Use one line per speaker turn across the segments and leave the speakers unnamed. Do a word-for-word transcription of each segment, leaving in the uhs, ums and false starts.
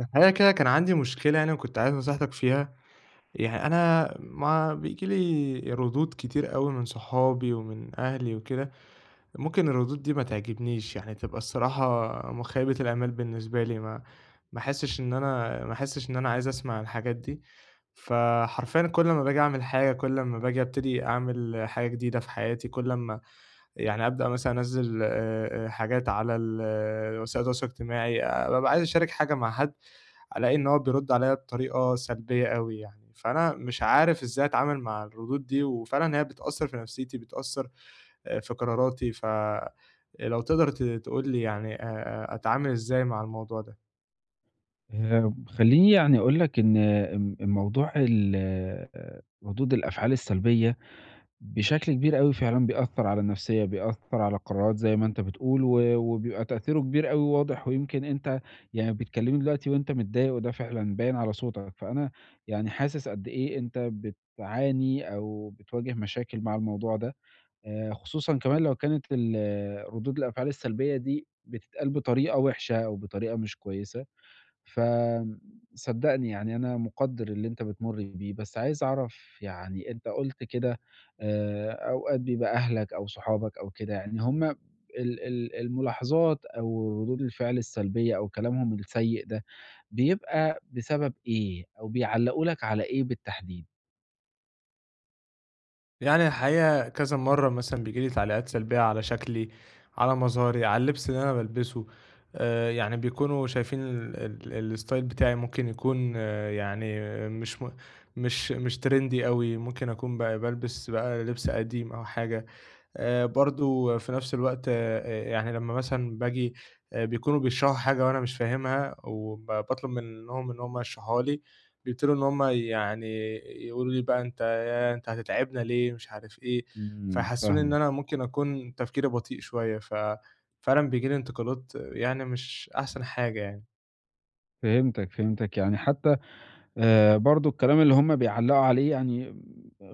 الحقيقة كده كان عندي مشكلة يعني وكنت عايز نصيحتك فيها، يعني أنا ما بييجي لي ردود كتير أوي من صحابي ومن أهلي وكده، ممكن الردود دي ما تعجبنيش، يعني تبقى الصراحة مخيبة الآمال بالنسبة لي، ما ما أحسش إن أنا ما أحسش إن أنا عايز أسمع الحاجات دي، فحرفيًا كل ما باجي أعمل حاجة، كل ما باجي أبتدي أعمل حاجة جديدة في حياتي، كل أما يعني أبدأ مثلًا أنزّل آآ، آآ، حاجات على ال وسائل التواصل الاجتماعي، آآ، بابقى عايز أشارك حاجة مع حد ألاقي إن هو بيرُد عليّا بطريقة سلبية أوي يعني، فأنا مش عارف إزاي أتعامل مع الردود دي، وفعلًا هي بتأثّر في نفسيتي، بتأثّر آآ في قراراتي، ف لو تقدر ت تقول لي يعني آآ أتعامل إزاي مع الموضوع ده؟
آآ خلّيني يعني أقول لك إن م موضوع ال ردود الأفعال السلبية بشكل كبير أوي فعلًا بيأثّر على النفسية، بيأثّر على القرارات زي ما أنت بتقول و وبيبقى تأثيره كبير أوي واضح، ويمكن أنت يعني بتكلّمني دلوقتي وأنت متضايق وده فعلًا باين على صوتك، فأنا يعني حاسس قد إيه أنت بتعاني أو بتواجه مشاكل مع الموضوع ده، آآ خصوصًا كمان لو كانت ال ردود الأفعال السلبية دي بتتقال بطريقة وِحشة أو بطريقة مش كويسة. فصدّقني يعني أنا مُقدّر اللي أنت بتمُر بيه، بس عايز أعرف يعني أنت قُلت كده آآ أوقات بيبقى أهلك أو صحابك أو كده، يعني هم ال ال الملاحظات أو ردود الفعل السلبية أو كلامهم السيء ده، بيبقى بسبب إيه أو بيعلّقوا لك على إيه بالتحديد؟
يعني الحقيقة كذا مرّة مثلًا بييجي لي تعليقات سلبية على شكلي، على مظهري، على اللبس اللي أنا بالبسه، آآ يعني بيكونوا شايفين ال ال الstyle بتاعي ممكن يكون آه، يعني آه، مش م مش مش trendy أوي، ممكن أكون ب بالبس بقى لبس قديم أو حاجة. آآ برضه في نفس الوقت آآ يعني لمّا مثلًا باجي آآ بيكونوا بيشرحوا حاجة وأنا مش فاهمها وب باطلب منهم إن هم يشرحوها لي، بيبتدوا إن هم يعني يقولوا لي بقى أنت ياه! أنت هتتعبنا ليه، مش عارف إيه،
إمم،
فيحسسوني إن
فاهمك،
أنا ممكن أكون تفكيري بطيء شوية، ففعلًا بييجي لي انتقادات آه، يعني مش أحسن حاجة يعني.
فهمتك، فهمتك، يعني حتى آآ برضه الكلام اللي هم بيعلّقوا عليه يعني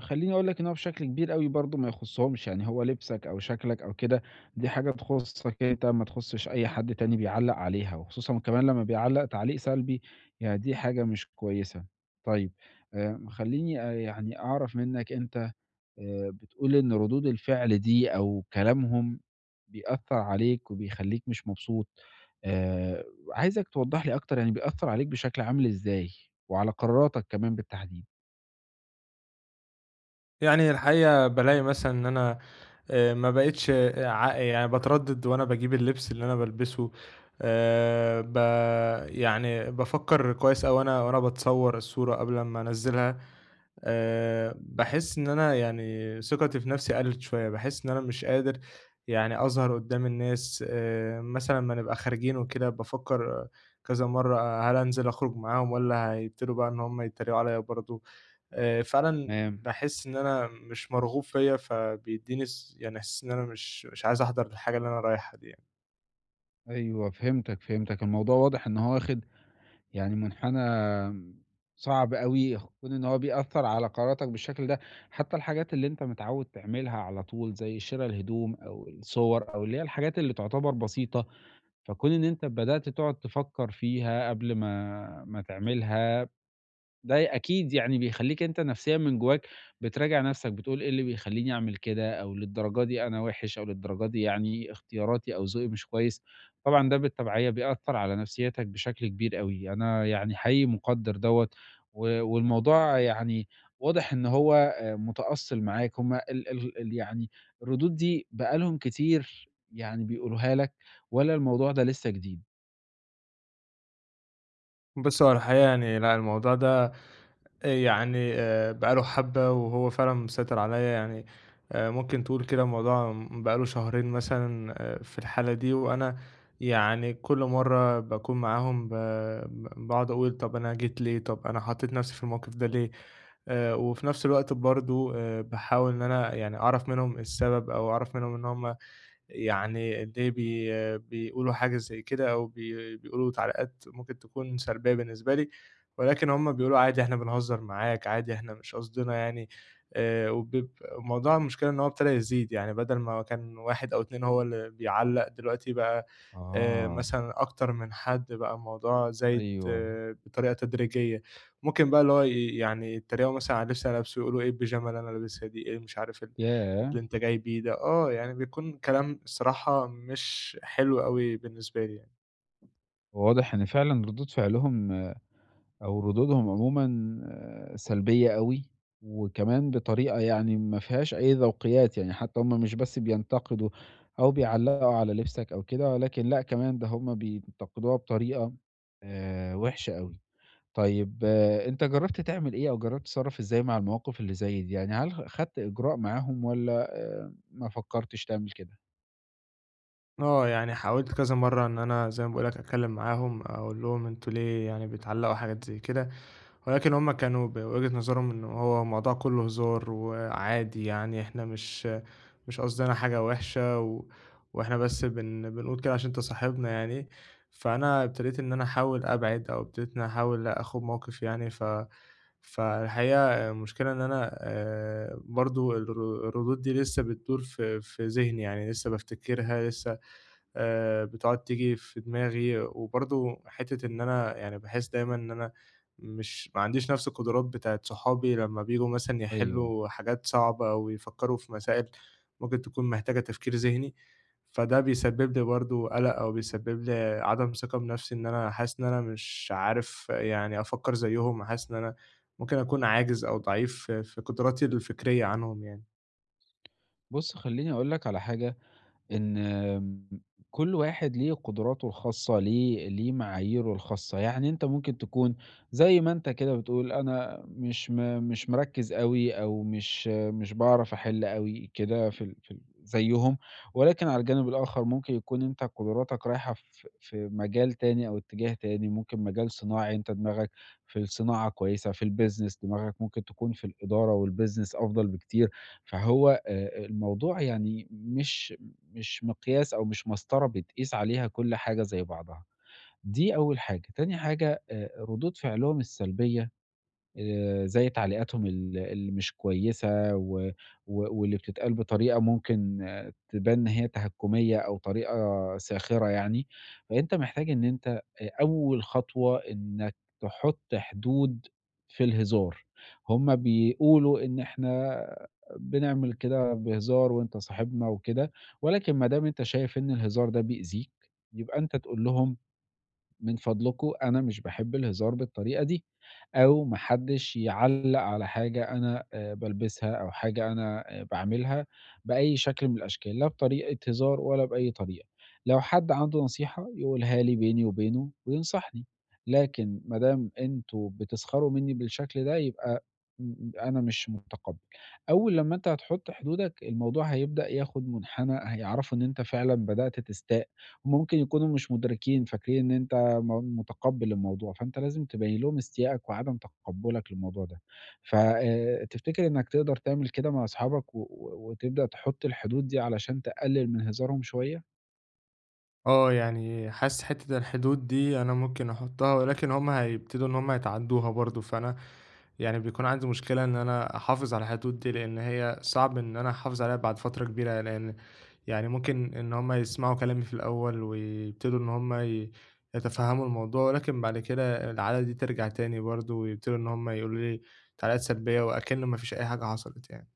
خلّيني أقول لك إن هو بشكل كبير أوي برضه ما يخُصّهمش، يعني هو لبسك أو شكلك أو كده، دي حاجة تخُصّك أنت ما تخُصّش أي حد تاني بيعلّق عليها، وخصوصًا كمان لمّا بيعلّق تعليق سلبي، يعني دي حاجة مش كويسة. طيب آآ خلّيني آآ يعني أعرف منّك أنت آآ بتقول إن ردود الفعل دي أو كلامهم بيأثّر عليك وبيخلّيك مش مبسوط، آآ عايزك توضّح لي أكتر يعني بيأثّر عليك بشكل عامل إزاي؟ وعلى قراراتك كمان بالتحديد.
يعني الحقيقة بالاقي مثلًا إن أنا آآ ما بقيتش ع يعني باتردد وأنا باجيب اللبس اللي أنا بالبسه، آآ ب يعني بافكر كويس أوي وأنا وأنا باتصور الصورة قبل أمّا أنزّلها، آآ باحس إن أنا يعني ثقتي في نفسي قلّت شوية، باحس إن أنا مش قادر يعني أظهر قدّام الناس، آآ مثلًا أمّا نبقى خارجين وكده بافكر كذا مرّة هل أنزل أخرج معاهم والّا هيبتدوا بقى إن هُم يتريقوا عليَّ برضه. آآ فعلًا
تمام،
باحس إن أنا مش مرغوب فيّا، فبيدّيني س يعني إحساس إن أنا مش مش عايز أحضر الحاجة اللي أنا رايحها دي يعني.
أيوه فهمتك، فهمتك، الموضوع واضح إن هو واخد يعني منحنى صعب أوي، كون إن هو بيأثّر على قراراتك بالشكل ده، حتى الحاجات اللي أنت متعوّد تعملها على طول زي شِرا الهدوم أو الصور أو اللي هي الحاجات اللي تعتبر بسيطة. فكون إن أنت بدأت تقعد تفكّر فيها قبل ما ما تعملها ده أكيد يعني بيخلّيك أنت نفسيًا من جواك بتراجع نفسك، بتقول إيه اللي بيخلّيني أعمل كده، أو للدرجة دي أنا وِحِش، أو للدرجة دي يعني اختياراتي أو ذوقي مش كويس، طبعًا ده بالتبعية بيأثّر على نفسيّتك بشكل كبير أوي، أنا يعني حقيقي مُقدّر دوّة، و والموضوع يعني واضح إن هو آآ متأصّل معاك، هُم ال ال ال يعني الردود دي بقى لهم كتير يعني بيقولوها لك، والّا الموضوع ده لسه جديد؟
بُص، هو الحقيقة يعني لأ، الموضوع ده آآ يعني آآ بقى له حبّة وهو فعلًا مسيطر عليّا يعني آآ ممكن تقول كده الموضوع م بقى له شهرين مثلًا آآ في الحالة دي، وأنا يعني كل مرّة باكون معاهم ب ب باقعد أقول طَب أنا جيت ليه، طَب أنا حطّيت نَفْسي في الموقف ده ليه؟ آآ وفي نفس الوقت برضه آآ باحاول إن أنا يعني أعرف منهم السبب أو أعرف منهم إن هم يعني ليه بي آه، بيقولوا حاجة زي كده أو بي بيقولوا تعليقات ممكن تكون سلبية بالنسبة لي، ولكن هم بيقولوا عادي إحنا بنهزر معاك، عادي إحنا مش قصدنا يعني آآ، وبيب الموضوع المشكلة إن هو ابتدى يزيد، يعني بدل ما كان واحد أو اثنين هو اللي بيعلّق دلوقتي بقى آآ،
آه،
مثلًا أكتر من حد، بقى الموضوع زايد
أيوه،
آه، بطريقة تدريجية، ممكن بقى اللي هو ي يعني يتريقوا مثلًا على اللبس اللي أنا لابسه، يقولوا إيه البيجامة اللي أنا لابسها دي، إيه مش عارف ال اللي
ياه!
أنت جاي بيه ده، آه، يعني بيكون كلام الصراحة مش حلو أوي بالنسبة لي يعني.
هو واضح إن فعلًا ردود فعلهم آه، أو ردودهم عمومًا آه، سلبية أوي، وكمان بطريقة يعني ما فيهاش أي ذوقيات، يعني حتى هُم مش بس بينتقدوا أو بيعلّقوا على لبسك أو كده، ولكن لأ كمان ده هُم بينتقدوها بطريقة آآ وحشة أوي. طيب آه، أنت جرّبت تعمل إيه أو جرّبت تتصرّف إزاي مع المواقف اللي زي دي؟ يعني هل خدت إجراء معاهم والّا آآ ما فكّرتش تعمل كده؟
آه، يعني حاولت كذا مرّة إن أنا زي ما باقول لك أتكلّم معاهم، أقول لهم أنتم ليه يعني بتعلّقوا حاجات زي كده، ولكن هُم كانوا بوجهة نظرهم إن هو الموضوع كلّه هزار وعادي يعني إحنا مش مش قصدنا حاجة وِحشة و وإحنا بس بن بنقول كده عشان أنت صاحبنا يعني، فأنا ابتديت إن أنا أحاول أبعد أو ابتديت إن أنا أحاول آخُد موقِف يعني ف فالحقيقة المشكلة إن أنا آآ برضه الر الردود دي لسه بتدور في في ذهني، يعني لسه بافتكرها، لسه آآ بتقعد تيجي في دماغي، وبرضه حتّة إن أنا يعني باحس دايمًا إن أنا مش ما عنديش نفس القدرات بتاعة صحابي لمّا بييجوا مثلًا
أيوه.
يحلّوا حاجات صعبة أو يفكّروا في مسائل ممكن تكون محتاجة تفكير ذهني، فده بيسبب لي برضه قَلَق أو بيسبب لي عدم ثقة بنفسي إن أنا حاسس إن أنا مش عارف يعني أفكّر زيّهم، حاسس إن أنا ممكن أكون عاجز أو ضعيف في في قدراتي الفكرية عنهم يعني.
بُص خلّيني أقول لك على حاجة إن آمم، كل واحد ليه قدراته الخاصة، ليه ليه معاييره الخاصة، يعني أنت ممكن تكون زي ما أنت كده بتقول أنا مش م مش مركّز أوي أو مش مش باعرف أحِل أوي كده في ال في ال زيّهم، ولكن على الجانب الآخر ممكن يكون أنت قدراتك رايحة في في مجال تاني أو اتجاه تاني، ممكن مجال صناعي أنت دماغك في الصناعة كويسة، في الbusiness دماغك ممكن تكون في الإدارة والbusiness أفضل بكتير، فهو آآ الموضوع يعني مش مش مقياس أو مش مسطرة بتقيس عليها كل حاجة زي بعضها، دي أول حاجة، تاني حاجة آآ ردود فعلهم السلبية آآ زي تعليقاتهم ال اللي مش كويسة و و واللي بتتقال بطريقة ممكن آه، تبان إن هي تهكُّمية أو طريقة ساخرة يعني، فأنت محتاج إن أنت أ أول خطوة إنّك تحُط حدود في الهزار، هم بيقولوا إن إحنا بنعمل كده بهزار وأنت صاحبنا وكده، ولكن ما دام أنت شايف إن الهزار ده بيأذيك، يبقى أنت تقول لهم من فضلكم أنا مش باحب الهزار بالطريقة دي، أو ما حدش يعلّق على حاجة أنا آآ بالبسها أو حاجة أنا آآ باعملها بأي شكل من الأشكال، لا بطريقة هزار ولا بأي طريقة. لو حد عنده نصيحة يقولها لي بيني وبينه وينصحني، لكن ما دام أنتم بتسخروا منّي بالشكل ده يبقى م أنا مش متقبّل. أول لمّا أنت هتحُط حدودك الموضوع هيبدأ ياخد مُنحنى هيعرفوا إن أنت فعلًا بدأت تستاء، هم ممكن يكونوا مش مُدركين فاكرين إن أنت بيبقى م متقبّل الموضوع، فأنت لازم تبيّن لهم استيائك وعدم تقبُّلك للموضوع ده. ف آآ تفتكر إنّك تقدر تعمل كده مع أصحابك و و وتبدأ تحُط الحدود دي علشان تقلِّل من هزارهم شوية؟
آه، يعني حاسس حتّة الحدود دي أنا ممكن أحطها، ولكن هُم هيبتدوا إن هُم يتعدّوها برضه، فأنا يعني بيكون عندي مشكلة إن أنا أحافظ على الحدود دي، لإن هي صعب إن أنا أحافظ عليها بعد فترة كبيرة، لإن يعني ممكن إن هُم يسمعوا كلامي في الأول ويبتدوا إن هُم ي يتفهّموا الموضوع، ولكن بعد كده العادة دي ترجع تاني برضه، ويبتدوا إن هُم يقولوا لي تعليقات سلبية وأكِن ما فيش أي حاجة حصلت يعني.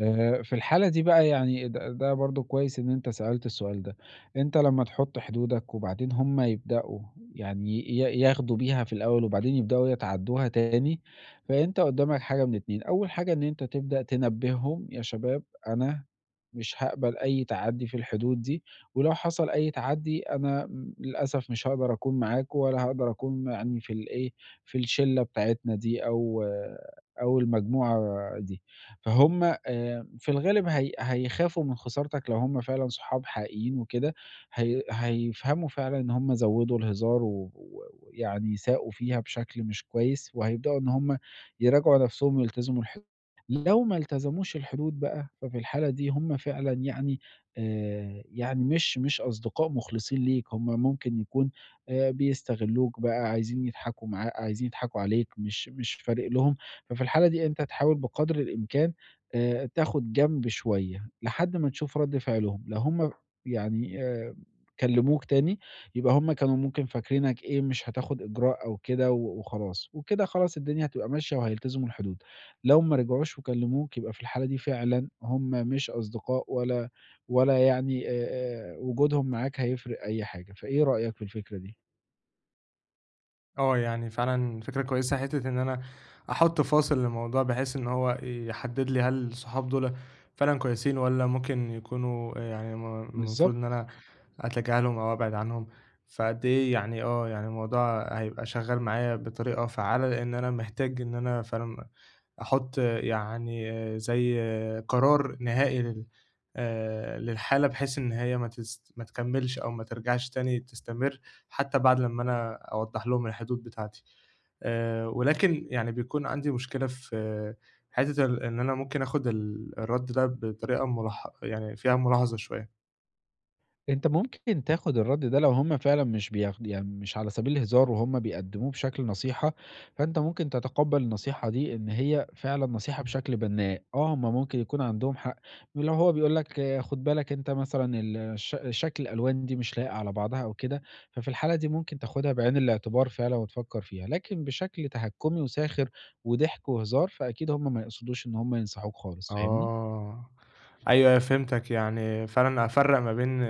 آآ، في الحالة دي بقى يعني د ده برضه كويس إن أنت سألت السؤال ده، أنت لمّا تحط حدودك وبعدين هُم يبدأوا يعني ي ياخدوا بيها في الأول وبعدين يبدأوا يتعدّوها تاني، فأنت قدّامك حاجة من اتنين، أول حاجة إن أنت تبدأ تنبّههم يا شباب أنا مش هاقبل أي تعدّي في الحدود دي، ولو حصل أي تعدّي أنا م للأسف مش هاقدر أكون معاكم ولا هاقدر أكون يعني في الإيه، في الشلة بتاعتنا دي أو آه، أو المجموعة دي. فهُم آآ في الغالب هي هيخافوا من خسارتك لو هُم فعلًا صحاب حقيقيين وكده، هي هيفهموا فعلًا إن هُم زوّدوا الهزار و و- ويعني ساءوا فيها بشكل مش كويس، وهيبدأوا إن هُم يراجعوا نفسهم ويلتزموا الحدود. لو ما التزموش الحدود بقى، ففي الحالة دي هُم فعلًا يعني آآ يعني مش مش أصدقاء مخلصين ليك، هُم ممكن يكون آآ بيستغلوك بقى، عايزين يضحكوا معا عايزين يضحكوا عليك، مش مش فارق لهم، ففي الحالة دي أنت تحاول بقدر الإمكان آآ تاخد جنب شوية، لحد ما نشوف رَد فعلهم، لو هُم يعني آآ كلموك تاني، يبقى هُم كانوا ممكن فاكرينك إيه، مش هتاخد إجراء أو كده و وخلاص، وكده خلاص الدنيا هتبقى ماشية وهيلتزموا الحدود. لو ما رجعوش وكلموك، يبقى في الحالة دي فعلًا هُم مش أصدقاء ولا ولا يعني آآ وجودهم معاك هيفرق أي حاجة، فإيه رأيك في الفكرة دي؟
آه، يعني فعلًا فكرة كويسة حتّة إن أنا أحُط فاصل للموضوع، بحيث إن هو يحدد لي هل الصحاب دُول فعلًا كويسين والّا ممكن يكونوا آآ، يعني م المفروض
بالضبط.
إن أنا أتجاهلهم أو أبعد عنهم، فقد إيه يعني آه، يعني الموضوع هيبقى شغّال معايا بطريقة فعّالة، لإن أنا محتاج إن أنا فعلًا أحُط آه، يعني آآ، زي آه، قرار نهائي لل آآ، للحالة بحيث إن هي ما تس ما تكمّلش أو ما ترجعش تاني تستمر. حتى بعد لمّا أنا أوضّح لهم الحدود بتاعتي. آآ ولكن يعني بيكون عندي مشكلة في حتّة ال إن أنا ممكن آخُد ال الرَد ده بطريقة مُلاح يعني فيها ملاحظة شوية.
أنت ممكن تاخد الرد ده لو هم فعلًا مش بياخد يعني مش على سبيل الهزار وهم بيقدموه بشكل نصيحة، فأنت ممكن تتقبل النصيحة دي إن هي فعلًا نصيحة
إمم.
بشكل بناء، آه هم ممكن يكون عندهم حق، لو هو بيقول لك آه، خد بالك أنت مثلًا ال الش شكل الألوان دي مش لايقة على بعضها أو كده، ففي الحالة دي ممكن تاخدها بعين الاعتبار فعلًا وتفكر فيها، لكن بشكل تهكمي وساخر وضحك وهزار، فأكيد هم ما يقصدوش إن هم ينصحوك خالص، فاهمني؟
آه. أيوه، أيوه فهمتك. يعني فعلًا أفرّق ما بين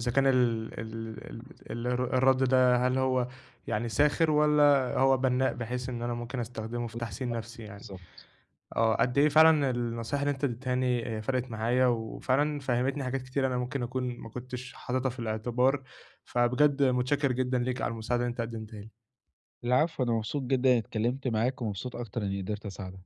إذا كان ال ال ال الر الرَد ده هل هو يعني ساخر والّا هو بنّاء بحيث إن أنا ممكن أستخدمه في تحسين نَفْسي يعني.
بالضبط.
آه، قد إيه فعلًا النصايح اللي أنت اديتهاني آآ فرقِت معايا، وفعلًا فهّمتني حاجات كتير أنا ممكن أكون ما كنتش حاططها في الاعتبار، فبجد متشكر جدًا ليك على المساعدة اللي أنت قدمتها لي.
العفو أنا مبسوط جدًا إني اتكلمت معاك، ومبسوط أكتر إني قدرت أساعدك.